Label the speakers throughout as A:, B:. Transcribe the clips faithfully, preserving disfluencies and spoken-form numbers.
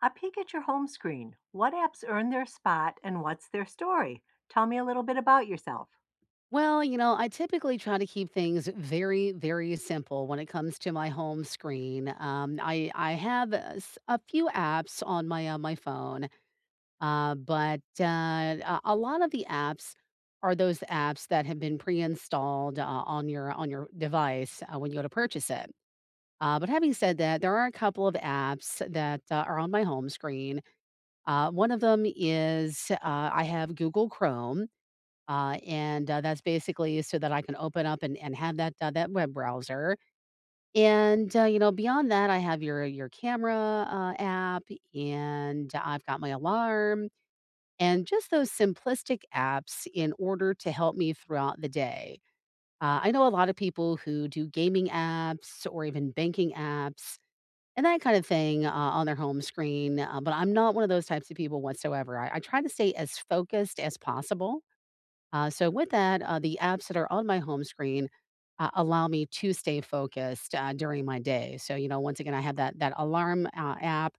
A: A peek at your home screen. What apps earn their spot and what's their story? Tell me a little bit about yourself.
B: Well, you know, I typically try to keep things very, very simple when it comes to my home screen. Um, I I have a s- a few apps on my uh, my phone, uh, but uh, a a lot of the apps are those apps that have been pre-installed uh, on your on your device uh, when you go to purchase it. Uh, but having said that, there are a couple of apps that uh, are on my home screen. Uh, one of them is uh, I have Google Chrome, uh, and, uh, that's basically so that I can open up and and have that, uh, that web browser. And, uh, you know, beyond that, I have your your camera uh, app, and I've got my alarm, and just those simplistic apps in order to help me throughout the day. Uh, I know a lot of people who do gaming apps or even banking apps and that kind of thing, uh, on their home screen, uh, but I'm not one of those types of people whatsoever. I I try to stay as focused as possible. Uh, so with that, uh, the apps that are on my home screen uh, allow me to stay focused uh, during my day. So you know, once again, I have that that alarm uh, app,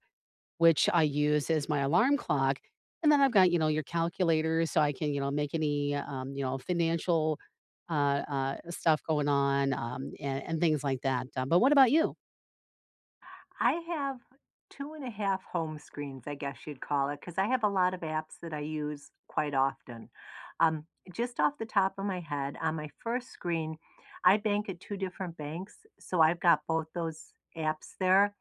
B: which I use as my alarm clock, and then I've got you know your calculator, so I can you know make any um, you know financial uh, uh, stuff going on, um, and, and things like that. Uh, but what about you?
A: I have two and a half home screens, I guess you'd call it, because I have a lot of apps that I use quite often. Um, just off the top of my head, on my first screen, I bank at two different banks. So I've got both those apps there.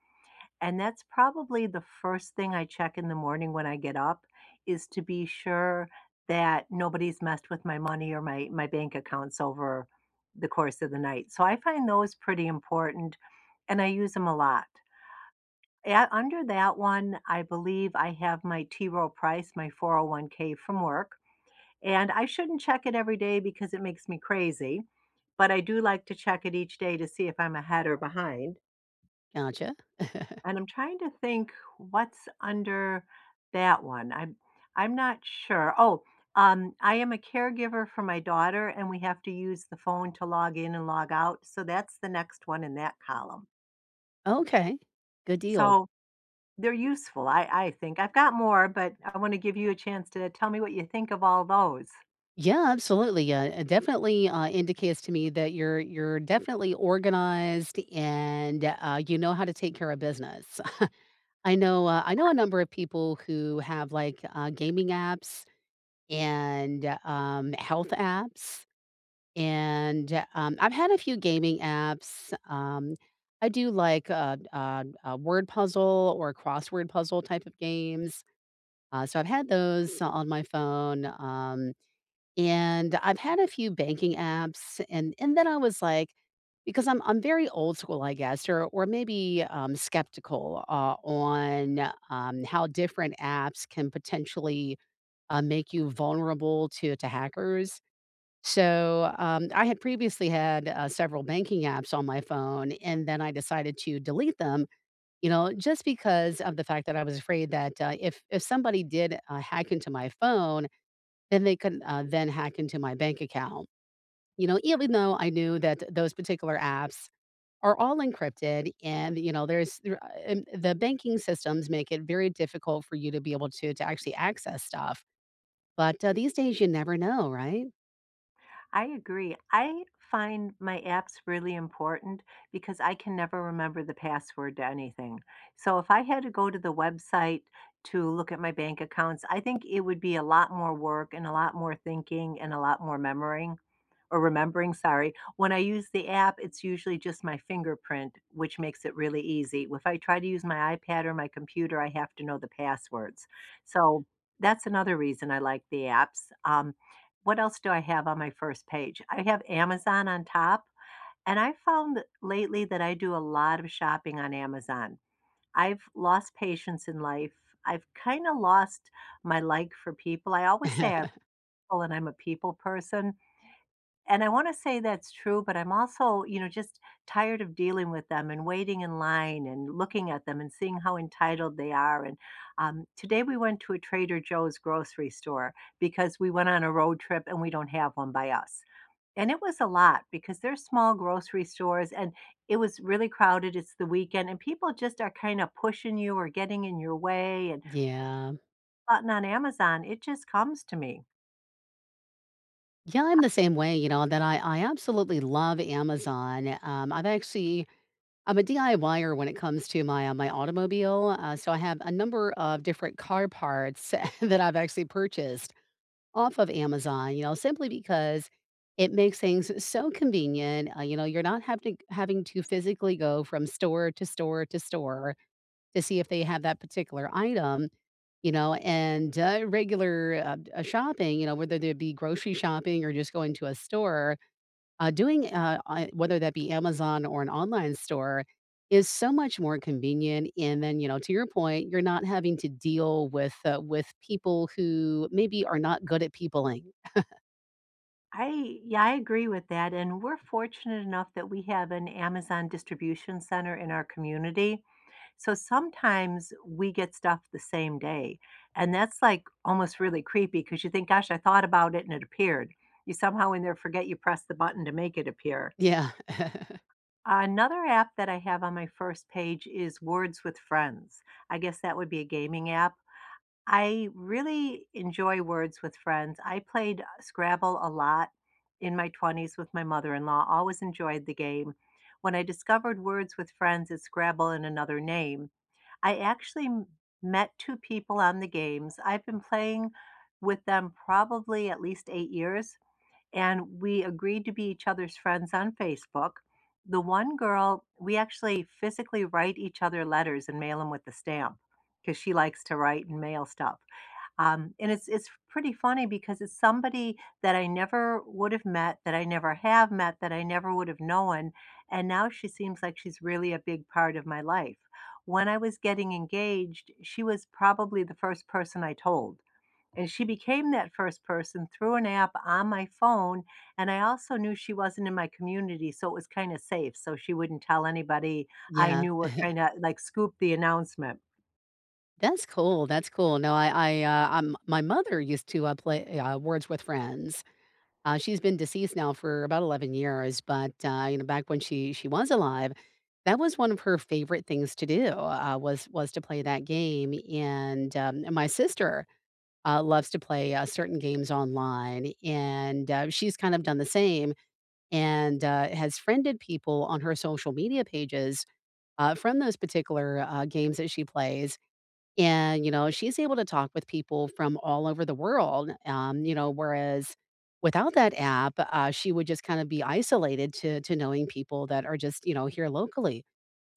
A: And that's probably the first thing I check in the morning when I get up is to be sure that nobody's messed with my money or my my bank accounts over the course of the night. So I find those pretty important and I use them a lot. A- under that one, I believe I have my T. Rowe Price, my four oh one k from work. And I shouldn't check it every day because it makes me crazy. But I do like to check it each day to see if I'm ahead or behind.
B: Gotcha.
A: And I'm trying to think what's under that one. I'm I'm not sure. Oh, um, I am a caregiver for my daughter, and we have to use the phone to log in and log out. So that's the next one in that column.
B: Okay, good deal.
A: So they're useful, I, I think. I've got more, but I want to give you a chance to tell me what you think of all those.
B: Yeah, absolutely. Yeah, it definitely uh, indicates to me that you're you're definitely organized and uh, you know how to take care of business. I know uh, I know a number of people who have like uh, gaming apps and um, health apps, and um, I've had a few gaming apps. Um, I do like uh, uh, a word puzzle or crossword puzzle type of games. Uh, so I've had those on my phone. Um, and I've had a few banking apps, and and then I was like, because I'm I'm very old school, I guess, or or maybe um, skeptical uh, on um, how different apps can potentially uh, make you vulnerable to to hackers. So, um, I had previously had, uh, several banking apps on my phone, and then I decided to delete them, you know, just because of the fact that I was afraid that, uh, if if somebody did, uh, hack into my phone, then they could uh, then hack into my bank account. You know, even though I knew that those particular apps are all encrypted, and you know, there's there a and the banking systems make it very difficult for you to be able to to actually access stuff. But, uh, these days you never know, right?
A: I agree. I find my apps really important because I can never remember the password to anything. So if I had to go to the website to look at my bank accounts, I think it would be a lot more work and a lot more thinking and a lot more memorying or remembering, sorry. When I use the app, it's usually just my fingerprint, which makes it really easy. If I try to use my iPad or my computer, I have to know the passwords. So that's another reason I like the apps. Um, what else do I have on my first page? I have Amazon on top. And I found lately that I do a lot of shopping on Amazon. I've lost patience in life. I've kind of lost my like for people. I always say I like people and I'm a people person, and I wanna say that's true, but I'm also, you know, just tired of dealing with them and waiting in line and looking at them and seeing how entitled they are, and, um, today we went to a Trader Joe's grocery store because we went on a road trip and we don't have one by us, and it was a lot because they're small grocery stores, and it was really crowded, it's the weekend, and people just are kinda pushing you or getting in your way, and
B: Yeah.
A: but on Amazon, it just comes to me.
B: Yeah, I'm the same way. You know, that I I absolutely love Amazon. Um, I've actually I'm a DIYer when it comes to my, uh, my automobile, uh, so I have a number of different car parts that I've actually purchased off of Amazon, you know, simply because it makes things so convenient. Uh, you know, you're not having to, having to physically go from store to store to store to see if they have that particular item. You know, and uh, regular uh, uh, shopping, you know, whether there be grocery shopping or just going to a store, uh, doing uh, uh, whether that be Amazon or an online store, is so much more convenient. And then, you know, to your point, you're not having to deal with uh, with people who maybe are not good at peopling.
A: I Yeah, I agree with that, and we're fortunate enough that we have an Amazon distribution center in our community. So sometimes we get stuff the same day, and that's, like, almost really creepy because you think, "Gosh, I thought about it and it appeared." You somehow in there forget you pressed the button to make it appear.
B: Yeah.
A: Another app that I have on my first page is Words with Friends. I guess that would be a gaming app. I really enjoy words with friends. I played uh, Scrabble a lot in my twenties with my mother in law, always enjoyed the game. When I discovered Words with Friends is Scrabble in another name, I actually m- met two people on the games. I've been playing with them probably at least eight years, and we agreed to be each other's friends on Facebook. The one girl, we actually physically write each other letters and mail them with the stamp because she likes to write and mail stuff. Um, and it's it's pretty funny because it's somebody that I never would have met, that I never have met, that I never would have known, and now she seems like she's really a big part of my life. When I was getting engaged, she was probably the first person I told. And she became that first person through an app on my phone. And I also knew she wasn't in my community, so it was kind of safe. So she wouldn't tell anybody I
B: Yeah.
A: knew were kind of like scoop the announcement.
B: That's cool, that's cool. No, I I, uh, um my mother used to, uh, play, uh, Words with Friends. Uh, she's been deceased now for about eleven years, but, uh, you know, back when she she was alive, that was one of her favorite things to do, uh, was was to play that game, and, um, and my sister uh, loves to play, uh, certain games online, and, uh, she's kind of done the same, and, uh, has friended people on her social media pages uh, from those particular uh, games that she plays. And, you know, she's able to talk with people from all over the world. Um, you know, whereas without that app, uh, she would just kind of be isolated to to knowing people that are just, you know, here locally.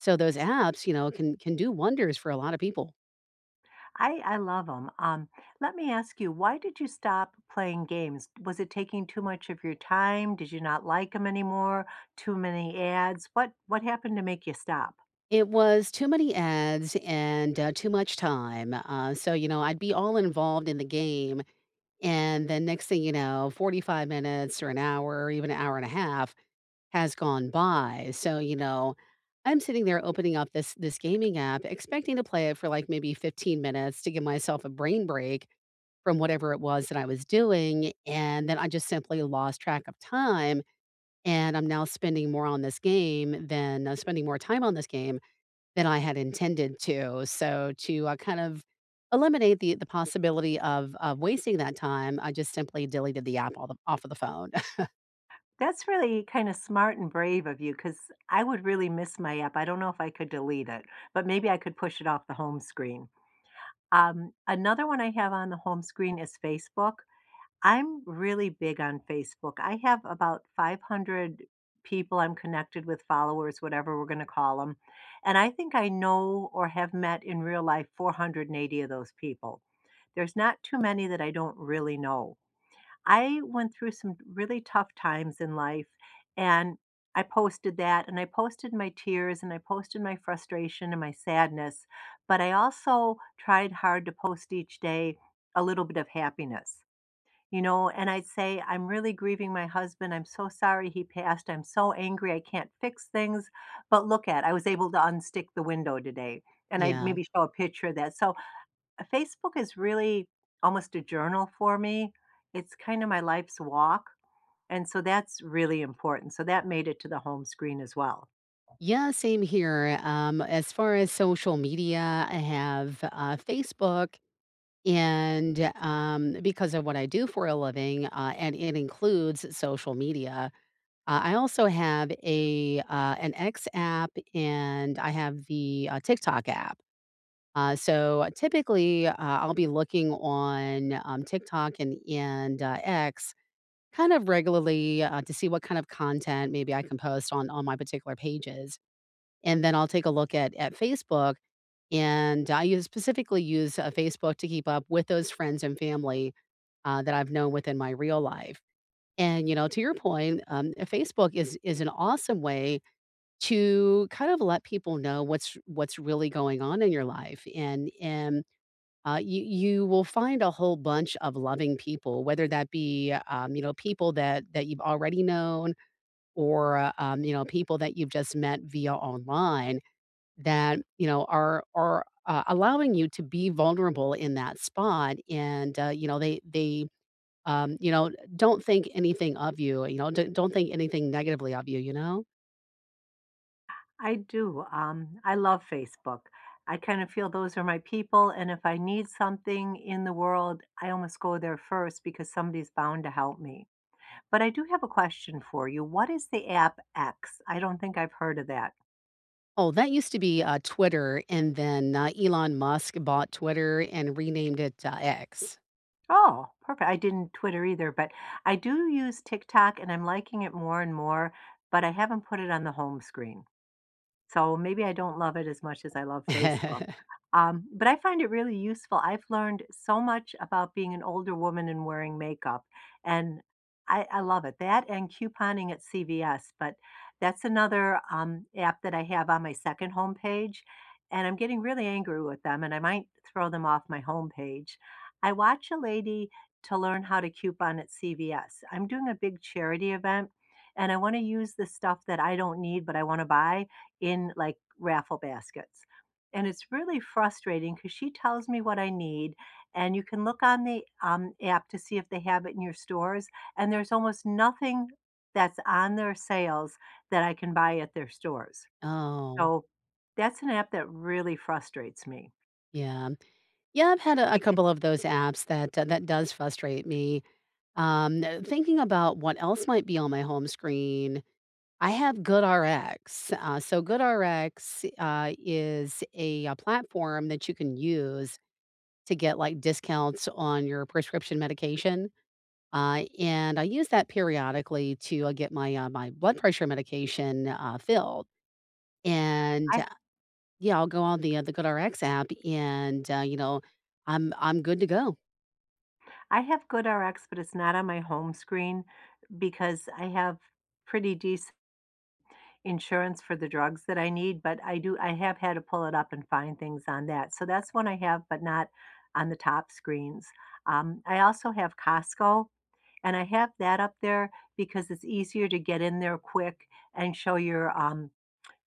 B: So those apps, you know, can can do wonders for a lot of people.
A: I I love 'em. Um, let me ask you, why did you stop playing games? Was it taking too much of your time? Did you not like them anymore? Too many ads? What what happened to make you stop?
B: It was too many ads and uh, too much time. Uh, so, you know, I'd be all involved in the game. And then next thing you know, forty-five minutes or an hour or even an hour and a half has gone by. So, you know, I'm sitting there opening up this this gaming app, expecting to play it for like maybe fifteen minutes to give myself a brain break from whatever it was that I was doing. And then I just simply lost track of time. And I'm now spending more on this game than uh, spending more time on this game than I had intended to. So to uh, kind of eliminate the the possibility of of wasting that time, I just simply deleted the app all the, off of the phone.
A: That's really kinda smart and brave of you, because I would really miss my app. I don't know if I could delete it, but maybe I could push it off the home screen. Um, another one I have on the home screen is Facebook. I'm really big on Facebook. I have about five hundred people I'm connected with, followers, whatever we're going to call them. And I think I know or have met in real life four hundred eighty of those people. There's not too many that I don't really know. I went through some really tough times in life and I posted that and I posted my tears and I posted my frustration and my sadness, but I also tried hard to post each day a little bit of happiness, you know, and I'd say, I'm really grieving my husband. I'm so sorry he passed. I'm so angry. I can't fix things. But look at, I was able to unstick the window today. And I'd
B: Yeah.
A: maybe show a picture of that. So uh, Facebook is really almost a journal for me. It's kind of my life's walk. And so that's really important. So that made it to the home screen as well.
B: Yeah, same here. Um, as far as social media, I have uh, Facebook, and um, because of what I do for a living, uh, and it includes social media. Uh, I also have a uh, an X app, and I have the uh, TikTok app. Uh, so typically, uh, I'll be looking on um, TikTok and and uh, X kind of regularly uh, to see what kind of content maybe I can post on on my particular pages. And then I'll take a look at at Facebook, and I use specifically use, uh, Facebook to keep up with those friends and family, uh, that I've known within my real life. And, you know, to your point, um, Facebook is is an awesome way to kind of let people know what's what's really going on in your life, and and, uh, you you will find a whole bunch of loving people, whether that be, um, you know, people that that you've already known or, uh, um, you know, people that you've just met via online. That, you know, are are, uh, allowing you to be vulnerable in that spot, and, uh, you know, they they, um, you know, don't think anything of you, you know, don't don't think anything negatively of you, you know?
A: I do, um, I love Facebook. I kind of feel those are my people, and if I need something in the world, I almost go there first because somebody's bound to help me. But I do have a question for you. What is the app X? I don't think I've heard of that.
B: Oh, that used to be, uh, Twitter, and then, uh, Elon Musk bought Twitter and renamed it, uh, X.
A: Oh, perfect. I didn't Twitter either, but I do use TikTok and I'm liking it more and more, but I haven't put it on the home screen. So maybe I don't love it as much as I love Facebook. Um, but I find it really useful. I've learned so much about being an older woman and wearing makeup, and I, I love it. That and couponing at C V S, but that's another um, app that I have on my second homepage, and I'm getting really angry with them, and I might throw them off my homepage. I watch a lady to learn how to coupon at C V S. I'm doing a big charity event, and I want to use the stuff that I don't need but I want to buy in, like, raffle baskets, and it's really frustrating because she tells me what I need, and you can look on the, um, app to see if they have it in your stores, and there's almost nothing that's on their sales that I can buy at their stores.
B: Oh,
A: So, that's an app that really frustrates me
B: yeah. Yeah, I've had a a couple
A: because
B: of those apps that uh, that does frustrate me. Um, uh, thinking about what else might be on my home screen, I have GoodRx. Uh, so GoodRx, uh, is a, uh, platform that you can use to get, like, discounts on your prescription medication, uh, and I use that periodically to, uh, get my, uh, my blood pressure medication, uh, filled, and
A: I
B: Yeah, I'll go on the, uh, the GoodRx app and, uh, you know, I'm I'm good to go.
A: I have GoodRx, but it's not on my home screen because I have pretty decent insurance for the drugs that I need, but I do I have had to pull it up and find things on that. So that's one I have, but not on the top screens. Um, I also have Costco, and I have that up there because it's easier to get in there quick and show your um,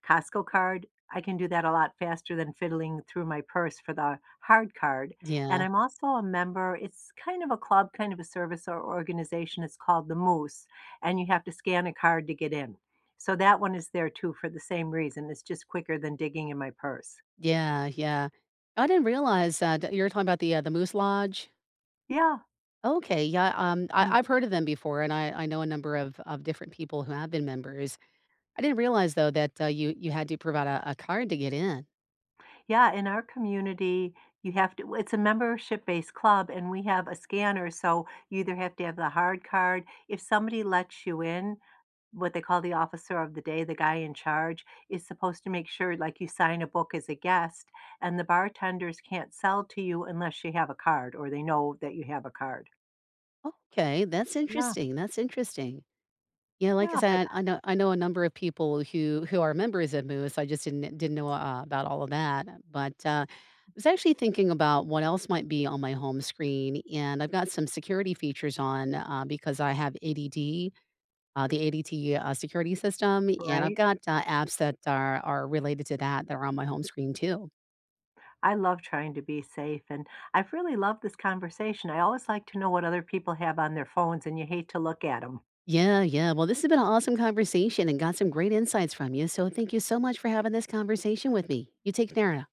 A: Costco card. I can do that a lot faster than fiddling through my purse for the hard card, and
B: Yeah.
A: I'm also a member, it's kind of a club, kind of a service or organization, it's called The Moose, and you have to scan a card to get in. So that one is there too for the same reason, it's just quicker than digging in my purse.
B: Yeah, yeah. I didn't realize uh, that you were talking about the, uh, the Moose Lodge.
A: Yeah.
B: Okay, yeah, um, I I've heard of them before, and I I know a number of of different people who have been members. I didn't realize though that, uh, you you had to provide a a card to get in.
A: Yeah, in our community, you have to, it's a membership-based club, and we have a scanner, so you either have to have the hard card if somebody lets you in, what they call the officer of the day, the guy in charge, is supposed to make sure, like, you sign a book as a guest, and the bartenders can't sell to you unless you have a card or they know that you have a card.
B: Okay, that's
A: Yeah,
B: interesting, that's interesting. Yeah, like I
A: yeah, but
B: said, I know I know a number of people who who are members of Moose. I just didn't didn't know, uh, about all of that, but, uh, I was actually thinking about what else might be on my home screen, and I've got some security features on, uh, because I have A D D, uh, the A D T, uh, security system, and I've
A: right?
B: got, uh, apps that are are related to that that are on my home screen too.
A: I love trying to be safe, and I've really loved this conversation. I always like to know what other people have on their phones, and you hate to look at them.
B: Yeah, yeah. Well, this has been an awesome conversation and got some great insights from you, so thank you so much for having this conversation with me. You take care now.